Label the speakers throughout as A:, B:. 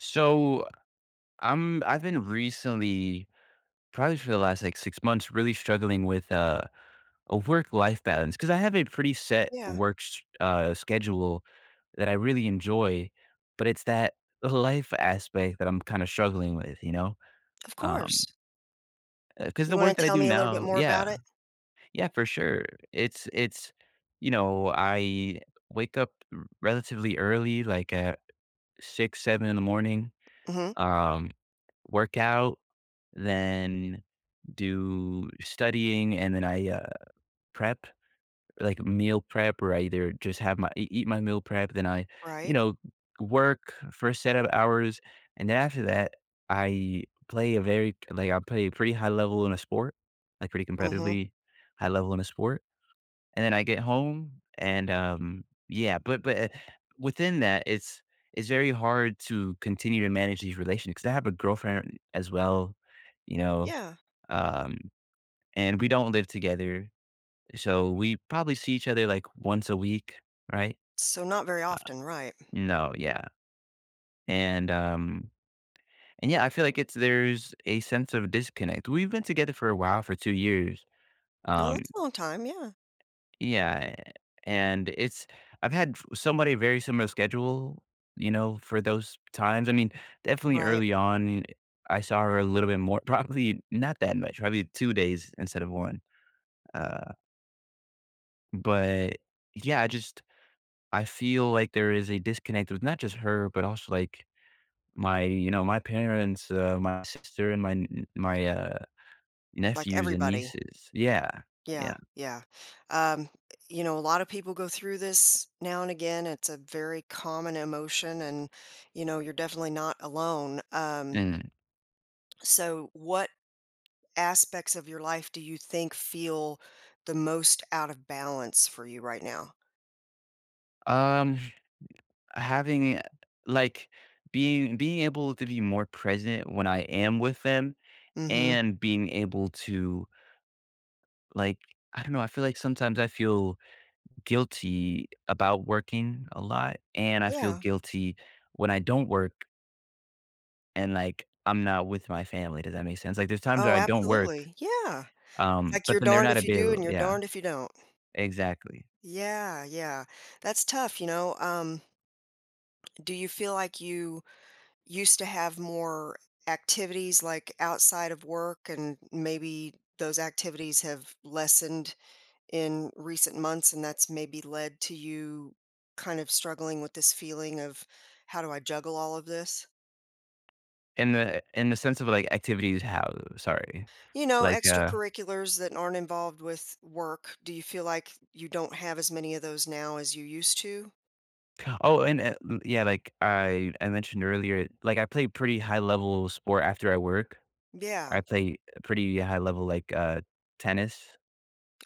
A: So I've been recently, probably for the last like 6 months, really struggling with a work life balance because I have a pretty set
B: Yeah,
A: work schedule that I really enjoy, but it's that life aspect that I'm kind of struggling with, you know.
B: of
A: Um,
B: course.
A: because
B: You
A: the work
B: wanna
A: that I
B: tell
A: do
B: me a little bit
A: now,
B: more about
A: yeah,
B: it?
A: yeah, for sure, it's you know I wake up relatively early, like at 6, 7 in the morning.
B: Mhm,
A: Um, Workout then do studying and then I prep, like meal prep, or I either just have my eat my meal prep, then I, you
B: right.
A: know, work for a set of hours, and then after that, I play a pretty high level in a sport, like pretty
B: Mhm.
A: competitively high level in a sport, and then I get home and yeah, but within that, it's very hard to continue to manage these relationships. I have a girlfriend as well, you know,
B: Yeah.
A: um, and we don't live together, so we probably see each other like once a week, right?
B: So not very
A: Uh,
B: often, right.
A: no, yeah, and and yeah, I feel like it's there's a sense of disconnect. We've been together for a while, for 2 years.
B: No,
A: Um,
B: that's a long time, yeah.
A: yeah, and it's I've had somebody very similar schedule, you know, for those times. I mean, definitely
B: Right.
A: early on, I saw her a little bit more, probably not that much, probably two days instead of one. Uh, but yeah, I feel like there is a disconnect with not just her, but also like my, you know, my parents, my sister, and my
B: Like
A: nephews and
B: everybody.
A: nieces. Yeah,
B: Yeah,
A: yeah.
B: yeah. Um, you know, a lot of people go through this now and again. It's a very common emotion and, you know, you're definitely not alone.
A: Mm.
B: So what aspects of your life do you think feel the most out of balance for you right now?
A: Um, Having like being able to be more present when I am with them,
B: Mhm.
A: and being able to like I don't know. I feel like sometimes I feel guilty about working a lot, and I feel
B: Yeah.
A: guilty when I don't work and, like, I'm not with my family, does that make sense? Like, there's times where
B: Oh,
A: I don't work,
B: absolutely. Yeah. Like,
A: but
B: you're
A: then they're
B: darned
A: not
B: if you do
A: available.
B: and you're
A: Yeah,
B: darned if you don't.
A: exactly.
B: Yeah, yeah. That's tough, you know, do you feel like you used to have more activities, like, outside of work and maybe those activities have lessened in recent months, and that's maybe led to you kind of struggling with this feeling of, "How do I juggle all of this?"
A: In the sense of, like, activities how sorry.
B: You know,
A: Like,
B: extracurriculars that aren't involved with work. Do you feel like you don't have as many of those now as you used to?
A: oh, and, l yeah, like, I mentioned earlier, like, I play pretty high level sport after I work.
B: Yeah.
A: I play pretty high level, like, tennis,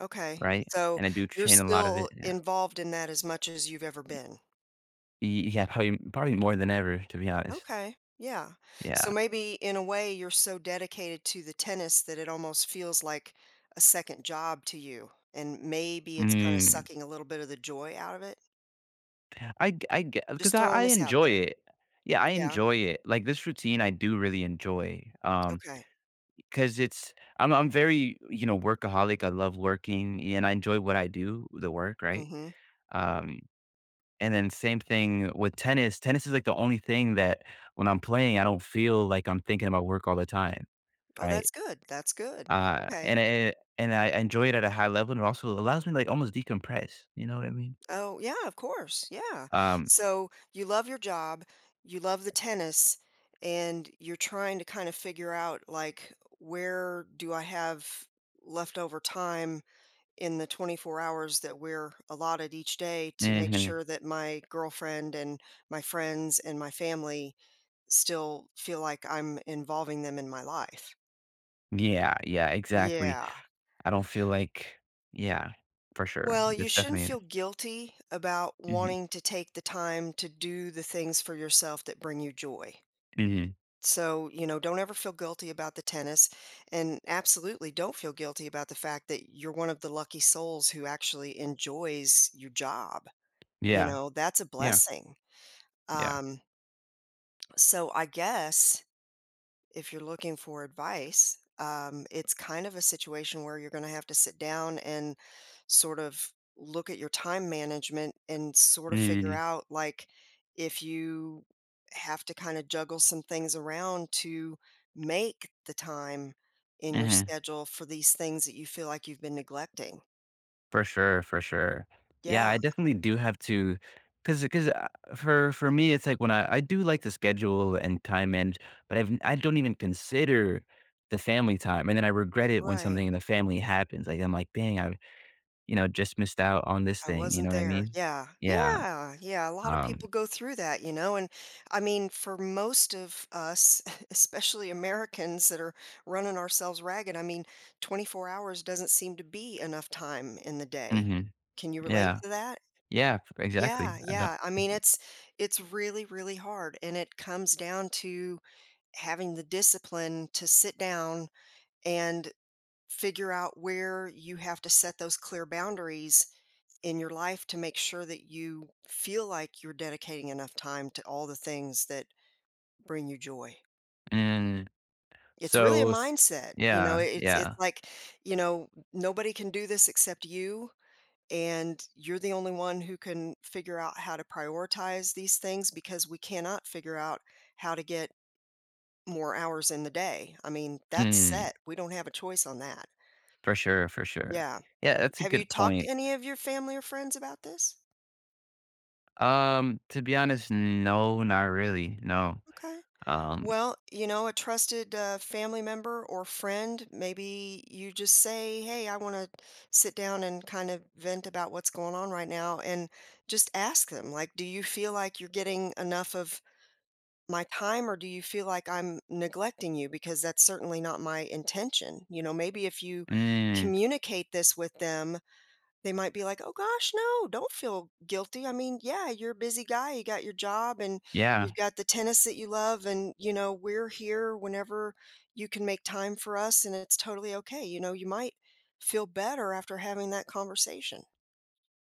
B: Okay.
A: right?
B: So
A: And I do
B: you're
A: train a lot of it,
B: still
A: yeah.
B: involved in that as much as you've ever been.
A: Y Yeah, probably probably more than ever, to be honest.
B: Okay. Yeah. So
A: Yeah.
B: maybe in a way you're so dedicated to the tennis that it almost feels like a second job to you. And maybe it's kind of
A: Mm.
B: sucking a little bit of the joy out of it.
A: I get because
B: Just
A: I
B: throwing this out
A: enjoy
B: there.
A: it. Yeah, I
B: Yeah.
A: enjoy it. Like, this routine I do really enjoy.
B: Okay.
A: Because it's I'm very, you know, workaholic, I love working, and I enjoy what I do, the work, right?
B: Mm-hmm.
A: Um, and then same thing with tennis. Tennis is, like, the only thing that when I'm playing, I don't feel like I'm thinking about work all the time,
B: Oh,
A: right?
B: that's good. That's good. Okay.
A: And I enjoy it at a high level, and it also allows me to, like, almost decompress, you know what I mean?
B: Oh, yeah, of course. Yeah.
A: Um
B: So you love your job, you love the tennis, and you're trying to kind of figure out like where do I have leftover time in the 24 hours that we're allotted each day to make
A: mhm.
B: sure that my girlfriend and my friends and my family still feel like I'm involving them in my life.
A: Yeah, yeah, exactly.
B: Yeah.
A: I don't feel like Yeah, for sure.
B: Well, you
A: It's
B: shouldn't
A: definitely
B: feel guilty about
A: Mhm,
B: wanting to take the time to do the things for yourself that bring you joy.
A: mhm.
B: So, you know, don't ever feel guilty about the tennis. And absolutely don't feel guilty about the fact that you're one of the lucky souls who actually enjoys your job. You
A: Yeah,
B: know, that's a
A: yeah,
B: blessing.
A: yeah.
B: Um, so I guess if you're looking for advice, it's kind of a situation where you're going to have to sit down and sort of look at your time management and sort of figure
A: Mm,
B: out like if you have to kind of juggle some things around to make the time in your
A: mhm.
B: schedule for these things that you feel like you've been neglecting.
A: For sure, for sure. Yeah,
B: Yeah,
A: I definitely do have to, cause, cause for me, it's like when I do like to schedule and time manage, but I don't even consider the family time, and then I regret it when
B: right.
A: something in the family happens, like, I'm like, "Dang, I, you know, just missed out on this
B: I
A: thing," you know
B: wasn't
A: what I
B: there.
A: mean?
B: Yeah.
A: Yeah,
B: Yeah. Yeah. A lot of
A: um
B: people go through that, you know. And I mean, for most of us, especially Americans that are running ourselves ragged, I mean, 24 hours doesn't seem to be enough time in the day.
A: Mhm,
B: Can you relate
A: yeah.
B: to that?
A: Yeah, exactly.
B: Yeah.
A: I don't
B: Yeah. I mean, it's really really hard and it comes down to having the discipline to sit down and figure out where you have to set those clear boundaries in your life to make sure that you feel like you're dedicating enough time to all the things that bring you joy.
A: Mm,
B: It's really a
A: so s
B: mindset, you know,
A: yeah,
B: it's
A: yeah.
B: like, you know, nobody can do this except you and you're the only one who can figure out how to prioritize these things because we cannot figure out how to get more hours in the day. I mean, that's
A: Mm,
B: set. We don't have a choice on that.
A: for sure, for sure.
B: Yeah.
A: Yeah, that's a
B: Have you
A: good
B: talked to
A: point.
B: any of your family or friends about this?
A: To be honest, no, not really, no.
B: Okay.
A: Um,
B: Well, you know, a trusted family member or friend, maybe you just say, Hey, I want to sit down and kind of vent about what's going on right now. And just ask them, like, do you feel like you're getting enough of my time or do you feel like I'm neglecting you? Because that's certainly not my intention. You know, maybe if you
A: mm,
B: communicate this with them, they might be like, "Oh gosh, no, don't feel guilty. I mean, yeah, you're a busy guy. You got your job and
A: yeah,
B: you've got the tennis that you love and, you know, we're here whenever you can make time for us and it's totally okay." You know, you might feel better after having that conversation.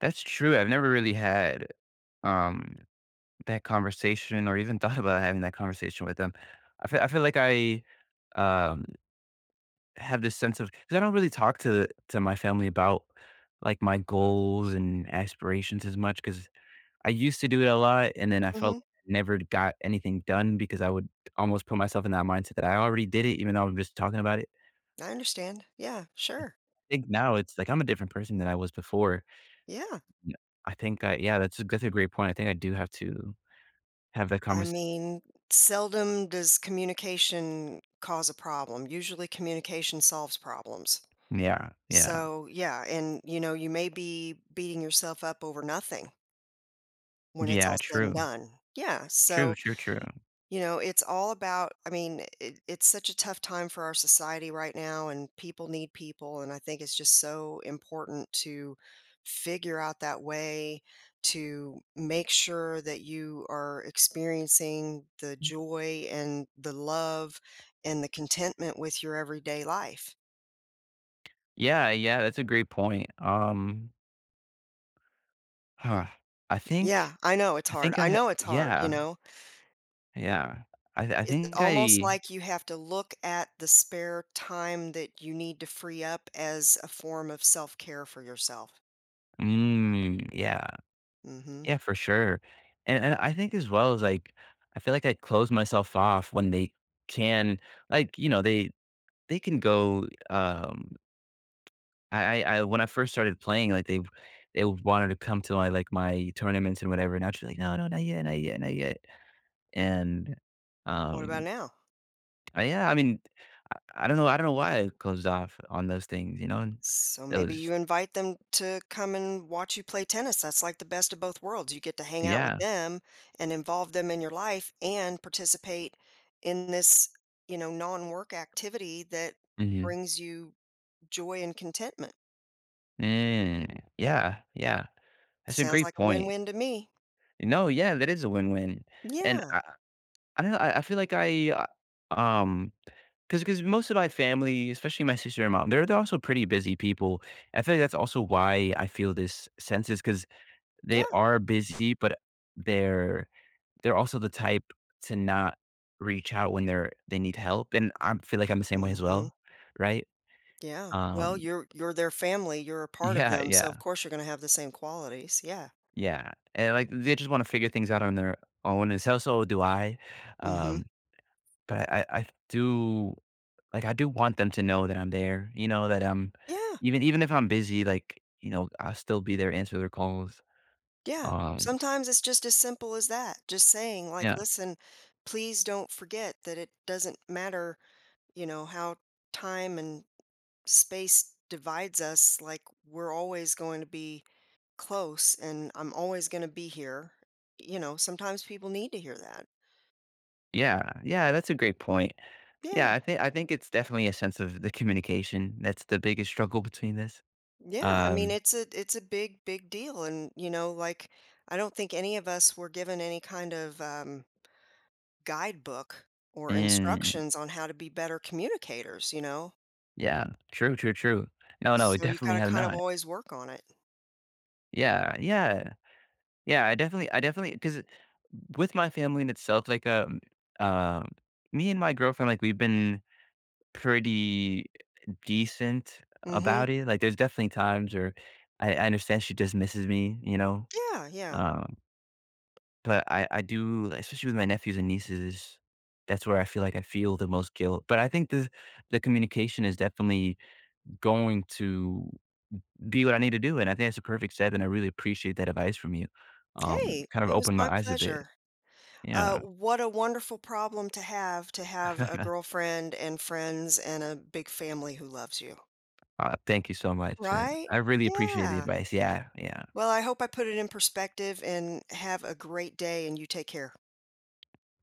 A: that's true, I've never really had, um, that conversation or even thought about having that conversation with them. I feel like I, um, have this sense of because I don't really talk to my family about, like, my goals and aspirations as much because. I used to do it a lot, and then I felt
B: Mhm.
A: like I never got anything done because I would almost put myself in that mindset that I already did it, even though I'm just talking about it.
B: I understand. Yeah, sure.
A: I think now it's like I'm a different person than I was before.
B: Yeah.
A: N- I think I, yeah, that's a great point. I think I do have to have that
B: I
A: conversation.
B: mean, seldom does communication cause a problem. Usually communication solves problems.
A: Yeah, yeah,
B: So, yeah, and you know, you may be beating yourself up over nothing when it's
A: yeah.
B: all said and
A: True,
B: done. Yeah.
A: true,
B: So,
A: true, true.
B: you know, it's all about I mean, it's such a tough time for our society right now, and people need people. And I think it's just so important to figure out that way to make sure that you are experiencing the joy and the love and the contentment with your everyday life.
A: Yeah, yeah. That's a great point. Huh. I think,
B: Yeah, I know it's
A: I
B: hard.
A: think
B: I
A: I,
B: know it's hard, you
A: yeah,
B: know?
A: yeah. I, I
B: It's
A: think
B: almost
A: I,
B: like you have to look at the spare time that you need to free up as a form of self-care for yourself.
A: mm, yeah.
B: Mhm.
A: Yeah, for sure. And I think as well as like I feel like I close myself off when they can like, you know, they can go when I first started playing, like they wanted to come to my like my tournaments and whatever, and I'd be like, no, no, not yet, not yet, not yet. And
B: What about
A: um
B: now?
A: I, yeah, I don't know why I closed off on those things, you know? And
B: So maybe
A: those
B: you invite them to come and watch you play tennis. That's like the best of both worlds. You get to hang out with
A: yeah.
B: them and involve them in your life and participate in this, you know, non-work activity that
A: Hmm.
B: brings you joy and contentment.
A: Mm, yeah, yeah. That's a
B: Sounds
A: great
B: like a
A: point.
B: win-win to me.
A: No, yeah, that is a win-win, and
B: Yeah.
A: I don't know, I feel like I, um, because most of my family, especially my sister and mom, they're also pretty busy people. I feel like that's also why I feel this sense is because
B: Yeah.
A: they are busy, but they're they're also the type to not reach out when they're they need help, and I feel like I'm the same way as
B: Mhm.
A: well, right?
B: Yeah. Well,
A: Um,
B: you're their family, you're a part of
A: yeah,
B: them, so
A: yeah,
B: of course you're gonna have the same qualities. Yeah.
A: yeah, and, like, they just wanna figure things out on their own, and so so do I,
B: Mhm.
A: um but I do like, I do want them to know that I'm there, you know, that I'm
B: Yeah.
A: even even if I'm busy, like, you know, I'll still be there, answer their calls. Mhm.
B: Yeah. Sometimes it's just as simple as that. Just saying like,
A: Yeah.
B: "Listen, please don't forget that it doesn't matter, you know, how time and space divides us, like we're always going to be close and I'm always going to be here." You know, sometimes people need to hear that.
A: Yeah, yeah, that's a great point. Yeah,
B: Yeah.
A: I think it's definitely a sense of the communication that's the biggest struggle between this.
B: Yeah, I mean
A: Um,
B: it's a big big deal and you know like I don't think any of us were given any kind of guidebook or
A: and
B: instructions on how to be better communicators, you know.
A: Yeah, true, true, true. No, no, I
B: So you got
A: definitely
B: to
A: have
B: kind of
A: not.
B: always work on it.
A: Yeah, yeah. Yeah, I definitely because with my family in itself, like, um, me and my girlfriend, like, we've been pretty decent
B: Mhm.
A: about it. Like, there's definitely times where I understand she just misses me, you know.
B: Yeah, yeah.
A: Um, but I do, like, especially with my nephews and nieces, that's where I feel like I feel the most guilt. But I think the communication is definitely going to be what I need to do, and I think that's a perfect step. And I really appreciate that advice from you.
B: Hey,
A: Kind of
B: it was
A: opened my
B: my
A: eyes a bit.
B: pleasure.
A: Yeah.
B: What a wonderful problem to have a girlfriend and friends and a big family who loves you.
A: Thank you so much. And
B: Right?
A: I really appreciate the
B: Yeah.
A: advice. Yeah. Yeah.
B: Well, I hope I put it in perspective and have a great day and you take care.